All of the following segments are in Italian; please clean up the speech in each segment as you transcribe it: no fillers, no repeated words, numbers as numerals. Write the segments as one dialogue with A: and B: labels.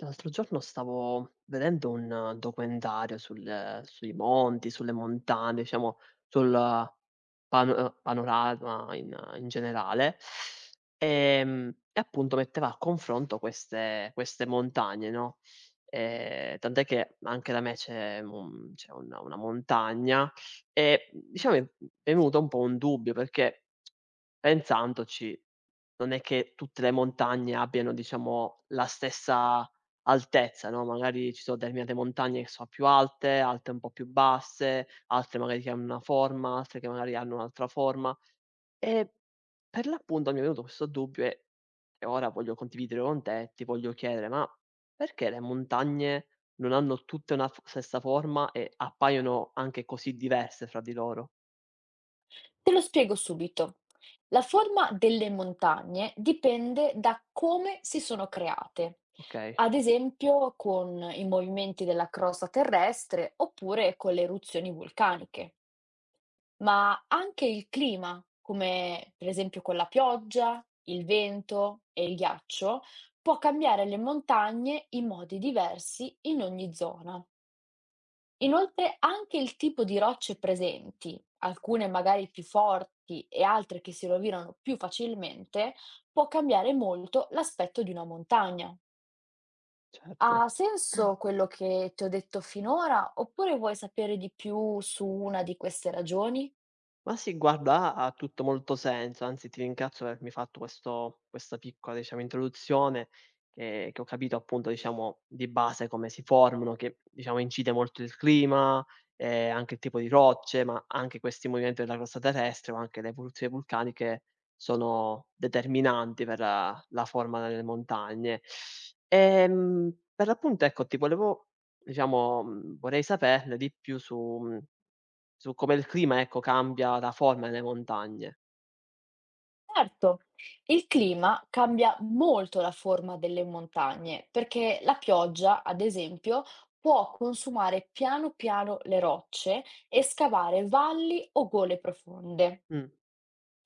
A: L'altro giorno stavo vedendo un documentario sulle montagne, diciamo sul panorama in in generale, e appunto metteva a confronto queste montagne, no, tant'è che anche da me c'è un una montagna e, diciamo, è venuto un po' un dubbio perché pensandoci, non è che tutte le montagne abbiano, diciamo, la stessa altezza, no, magari ci sono determinate montagne che sono più alte, altre un po' più basse, altre magari che hanno una forma, altre che magari hanno un'altra forma. E per l'appunto mi è venuto questo dubbio e ora voglio condividere con te, ti voglio chiedere: ma perché le montagne non hanno tutte una f stessa forma e appaiono anche così diverse fra di loro?
B: Te lo spiego subito. La forma delle montagne dipende da come si sono create,
A: Okay,
B: ad esempio con i movimenti della crosta terrestre oppure con le eruzioni vulcaniche, ma anche il clima, come per esempio con la pioggia, il vento e il ghiaccio, può cambiare le montagne in modi diversi in ogni zona. Inoltre anche il tipo di rocce presenti, alcune magari più forti e altre che si rovinano più facilmente, può cambiare molto l'aspetto di una montagna.
A: certo.
B: Ha senso quello che ti ho detto finora, oppure vuoi sapere di più su una di queste ragioni?
A: Ma sì, guarda, ha tutto molto senso, anzi ti ringrazio per avermi fatto questo questa piccola, diciamo, introduzione che ho capito appunto, diciamo, di base come si formano, che diciamo incide molto il clima, anche il tipo di rocce, ma anche questi movimenti della crosta terrestre, ma anche le evoluzioni vulcaniche sono determinanti per la forma delle montagne. Per l'appunto ecco, ti volevo. Diciamo, vorrei saperne di più su su come il clima, ecco, cambia la forma delle montagne.
B: Certo, il clima cambia molto la forma delle montagne, perché la pioggia, ad esempio, può consumare piano piano le rocce e scavare valli o gole profonde.
A: Mh.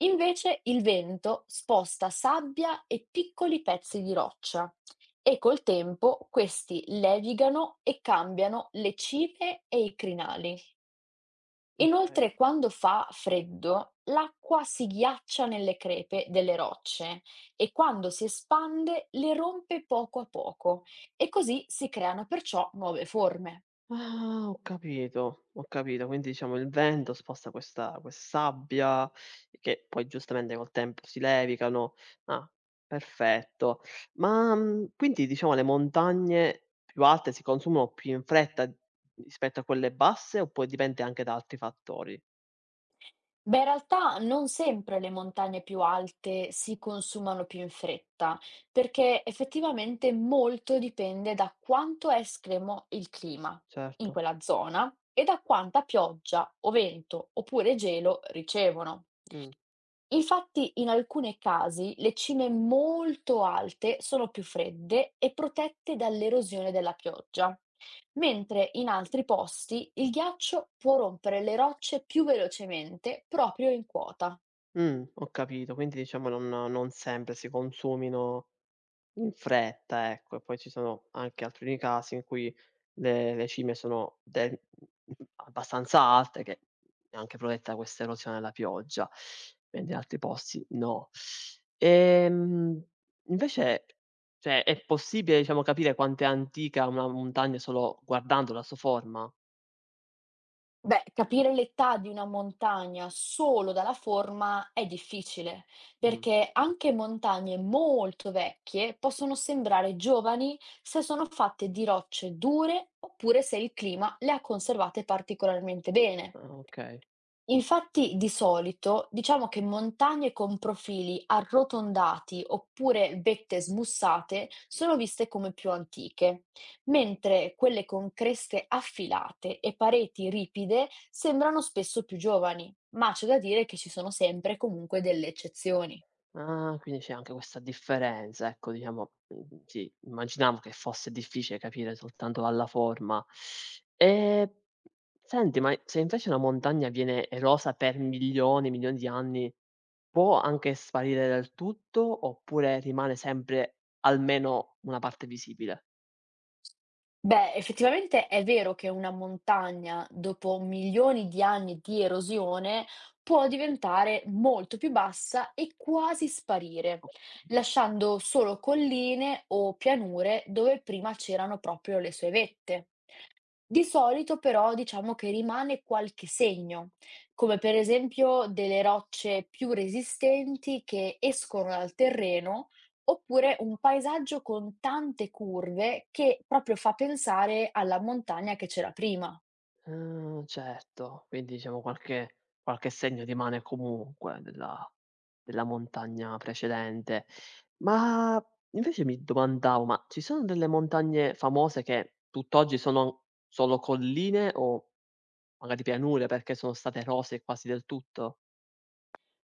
B: Invece il vento sposta sabbia e piccoli pezzi di roccia e col tempo questi levigano e cambiano le cime e i crinali. Inoltre, quando fa freddo, l'acqua si ghiaccia nelle crepe delle rocce e quando si espande le rompe poco a poco e così si creano perciò nuove forme.
A: Ah, ho capito, ho capito. Quindi diciamo il vento sposta questa quest sabbia che poi giustamente col tempo si levicano. Ah, perfetto. Ma, quindi diciamo le montagne più alte si consumano più in fretta rispetto a quelle basse oppure dipende anche da altri fattori?
B: Beh, in realtà non sempre le montagne più alte si consumano più in fretta, perché effettivamente molto dipende da quanto è estremo il clima in
A: Certo.
B: quella zona e da quanta pioggia o vento oppure gelo ricevono.
A: Mh.
B: Infatti in alcune casi le cime molto alte sono più fredde e protette dall'erosione della pioggia, mentre in altri posti il ghiaccio può rompere le rocce più velocemente proprio in quota.
A: Ho capito. Quindi diciamo non sempre si consumino in fretta, ecco. E poi ci sono anche altri casi in cui le cime sono del abbastanza alte che è anche protetta da questa erosione della pioggia, mentre in altri posti no. Ehm, Invece, cioè è possibile diciamo capire quanto è antica una montagna solo guardandola, 'sto forma?
B: Beh, capire l'età di una montagna solo dalla forma è difficile,
A: Mh,
B: perché anche montagne molto vecchie possono sembrare giovani se sono fatte di rocce dure oppure se il clima le ha conservate particolarmente bene.
A: ah okay.
B: Infatti di solito diciamo che montagne con profili arrotondati oppure vette smussate sono viste come più antiche, mentre quelle con creste affilate e pareti ripide sembrano spesso più giovani, ma c'è da dire che ci sono sempre comunque delle eccezioni.
A: Ah, quindi c'è anche questa differenza, ecco diciamo, sì, immaginavo che fosse difficile capire soltanto dalla forma. Ehm, Senti, ma se invece una montagna viene erosa per milioni e milioni di anni, può anche sparire del tutto, oppure rimane sempre almeno una parte visibile?
B: Beh, effettivamente è vero che una montagna, dopo milioni di anni di erosione, può diventare molto più bassa e quasi sparire,
A: O
B: lasciando solo colline o pianure dove prima c'erano proprio le sue vette. Di solito però diciamo che rimane qualche segno, come per esempio delle rocce più resistenti che escono dal terreno, oppure un paesaggio con tante curve che proprio fa pensare alla montagna che c'era prima.
A: Ah, certo, quindi diciamo qualche segno rimane comunque della montagna precedente. Ma invece mi domandavo, ma ci sono delle montagne famose che tutt'oggi sono solo colline o magari pianure perché sono state erose quasi del tutto?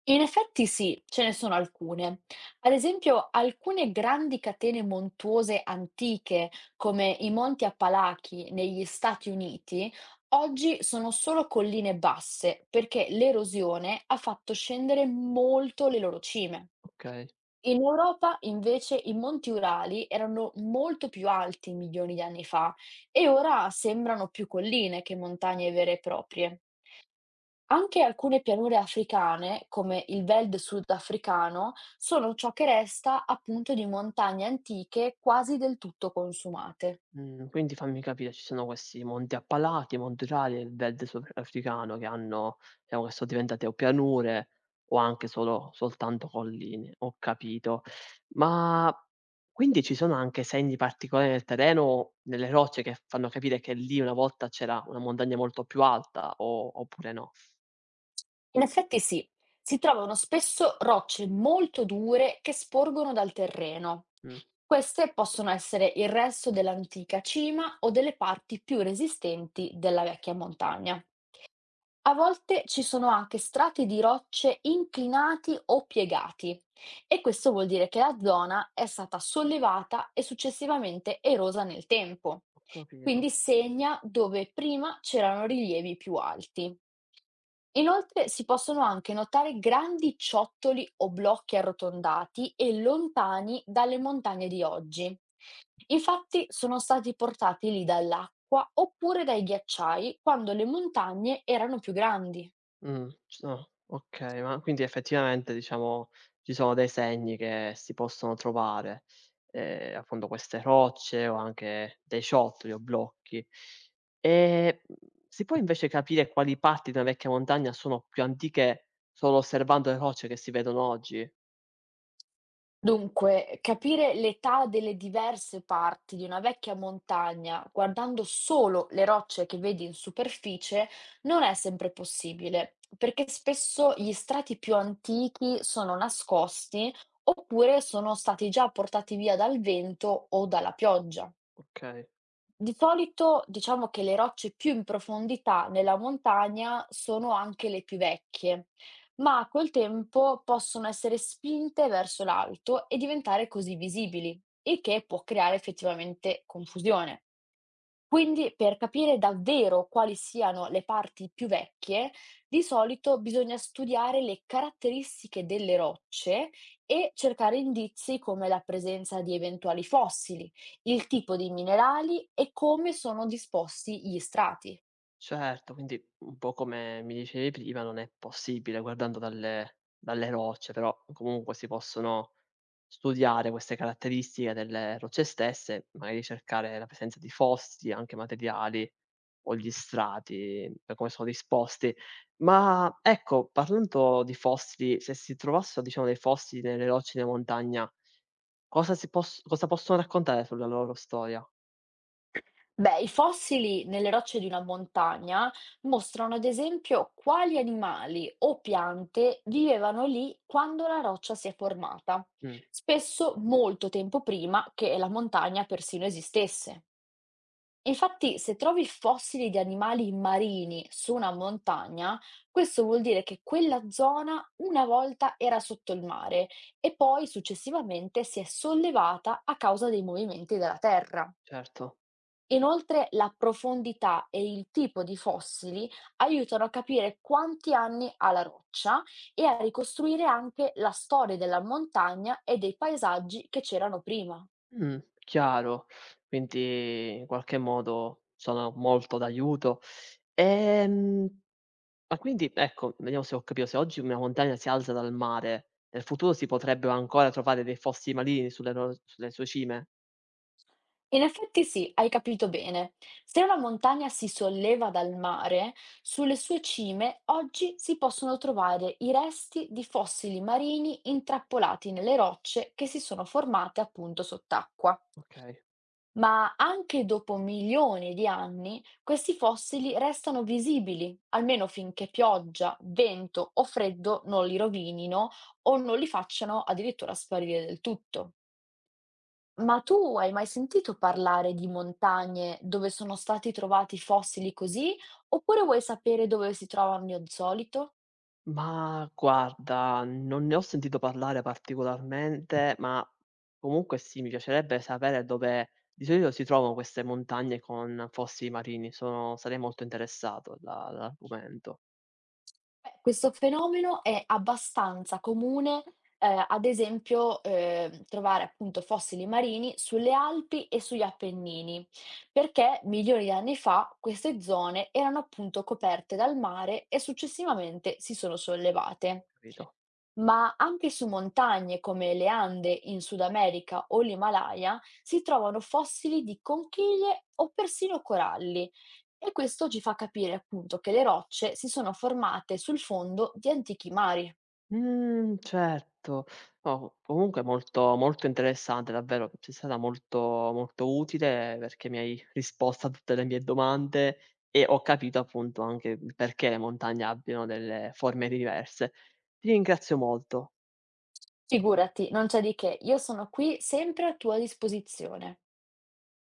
B: In effetti sì, ce ne sono alcune. Ad esempio, alcune grandi catene montuose antiche, come i Monti Appalachi negli Stati Uniti, oggi sono solo colline basse perché l'erosione ha fatto scendere molto le loro cime.
A: Okay.
B: In Europa invece i monti Urali erano molto più alti milioni di anni fa e ora sembrano più colline che montagne vere e proprie. Anche alcune pianure africane, come il Veld sudafricano, sono ciò che resta appunto di montagne antiche quasi del tutto consumate.
A: Quindi fammi capire, ci sono questi monti appalati, monti rari e il verde sudafricano che hanno diciamo che so diventate o pianure o anche solo soltanto colline, ho capito. Ma quindi ci sono anche segni particolari nel terreno, nelle rocce che fanno capire che lì una volta c'era una montagna molto più alta o oppure no?
B: In effetti sì, si trovano spesso rocce molto dure che sporgono dal terreno.
A: Mh,
B: Queste possono essere il resto dell'antica cima o delle parti più resistenti della vecchia montagna. A volte ci sono anche strati di rocce inclinati o piegati, e questo vuol dire che la zona è stata sollevata e successivamente erosa nel tempo.
A: ho capito.
B: Quindi segna dove prima c'erano rilievi più alti. Inoltre si possono anche notare grandi ciottoli o blocchi arrotondati e lontani dalle montagne di oggi. Infatti sono stati portati lì dall'acqua oppure dai ghiacciai quando le montagne erano più grandi.
A: C no, okay, ma quindi effettivamente diciamo ci sono dei segni che si possono trovare, appunto queste rocce o anche dei ciottoli o blocchi. Ehm, mhmm, si può invece capire quali parti di una vecchia montagna sono più antiche solo osservando le rocce che si vedono oggi?
B: Dunque, capire l'età delle diverse parti di una vecchia montagna guardando solo le rocce che vedi in superficie non è sempre possibile, perché spesso gli strati più antichi sono nascosti oppure sono stati già portati via dal vento o dalla pioggia.
A: Okay.
B: Di solito diciamo che le rocce più in profondità nella montagna sono anche le più vecchie, ma col tempo possono essere spinte verso l'alto e diventare così visibili, il che può creare effettivamente confusione. Quindi, per capire davvero quali siano le parti più vecchie, di solito bisogna studiare le caratteristiche delle rocce e cercare indizi come la presenza di eventuali fossili, il tipo di minerali e come sono disposti gli strati.
A: Certo, quindi un po' come mi dicevi prima non è possibile guardando dalle rocce, però comunque si possono studiare queste caratteristiche delle rocce stesse, magari cercare la presenza di fossili, anche materiali o gli strati per come sono disposti. Ma ecco, parlando di fossili, se si trovassero diciamo dei fossili nelle rocce di una montagna, cosa possono raccontare sulla loro storia?
B: Beh, i fossili nelle rocce di una montagna mostrano ad esempio quali animali o piante vivevano lì quando la roccia si è formata,
A: Mh,
B: spesso molto tempo prima che la montagna persino esistesse. Infatti, se trovi fossili di animali marini su una montagna, questo vuol dire che quella zona una volta era sotto il mare e poi successivamente si è sollevata a causa dei movimenti della terra.
A: certo.
B: Inoltre la profondità e il tipo di fossili aiutano a capire quanti anni ha la roccia e a ricostruire anche la storia della montagna e dei paesaggi che c'erano prima.
A: Chiaro. Quindi in qualche modo sono molto d'aiuto. Ehm, ma quindi ecco, vediamo se ho capito, se oggi una montagna si alza dal mare, nel futuro si potrebbero ancora trovare dei fossi marini sulle sue cime?
B: In effetti sì, hai capito bene. Se una montagna si solleva dal mare, sulle sue cime oggi si possono trovare i resti di fossili marini intrappolati nelle rocce che si sono formate appunto sott'acqua.
A: Okay.
B: Ma anche dopo milioni di anni, questi fossili restano visibili, almeno finché pioggia, vento o freddo non li rovinino o non li facciano addirittura sparire del tutto. Ma tu hai mai sentito parlare di montagne dove sono stati trovati fossili così? Oppure vuoi sapere dove si trovano di solito?
A: Ma guarda, non ne ho sentito parlare particolarmente, ma comunque sì, mi piacerebbe sapere dove di solito si trovano queste montagne con fossi marini. Sono Sarei molto interessato alla all'argomento.
B: Beh, questo fenomeno è abbastanza comune. Ad esempio, trovare appunto fossili marini sulle Alpi e sugli Appennini, perché milioni di anni fa queste zone erano appunto coperte dal mare e successivamente si sono sollevate.
A: Capito?
B: Ma anche su montagne come le Ande in Sud America o l'Himalaya si trovano fossili di conchiglie o persino coralli. E questo ci fa capire appunto che le rocce si sono formate sul fondo di antichi mari.
A: Mhmm, certo. No, comunque molto interessante davvero, sei stata molto utile perché mi hai risposto a tutte le mie domande e ho capito appunto anche il perché le montagne abbiano delle forme diverse. Ti ringrazio molto.
B: Figurati, non c'è di che, io sono qui sempre a tua disposizione.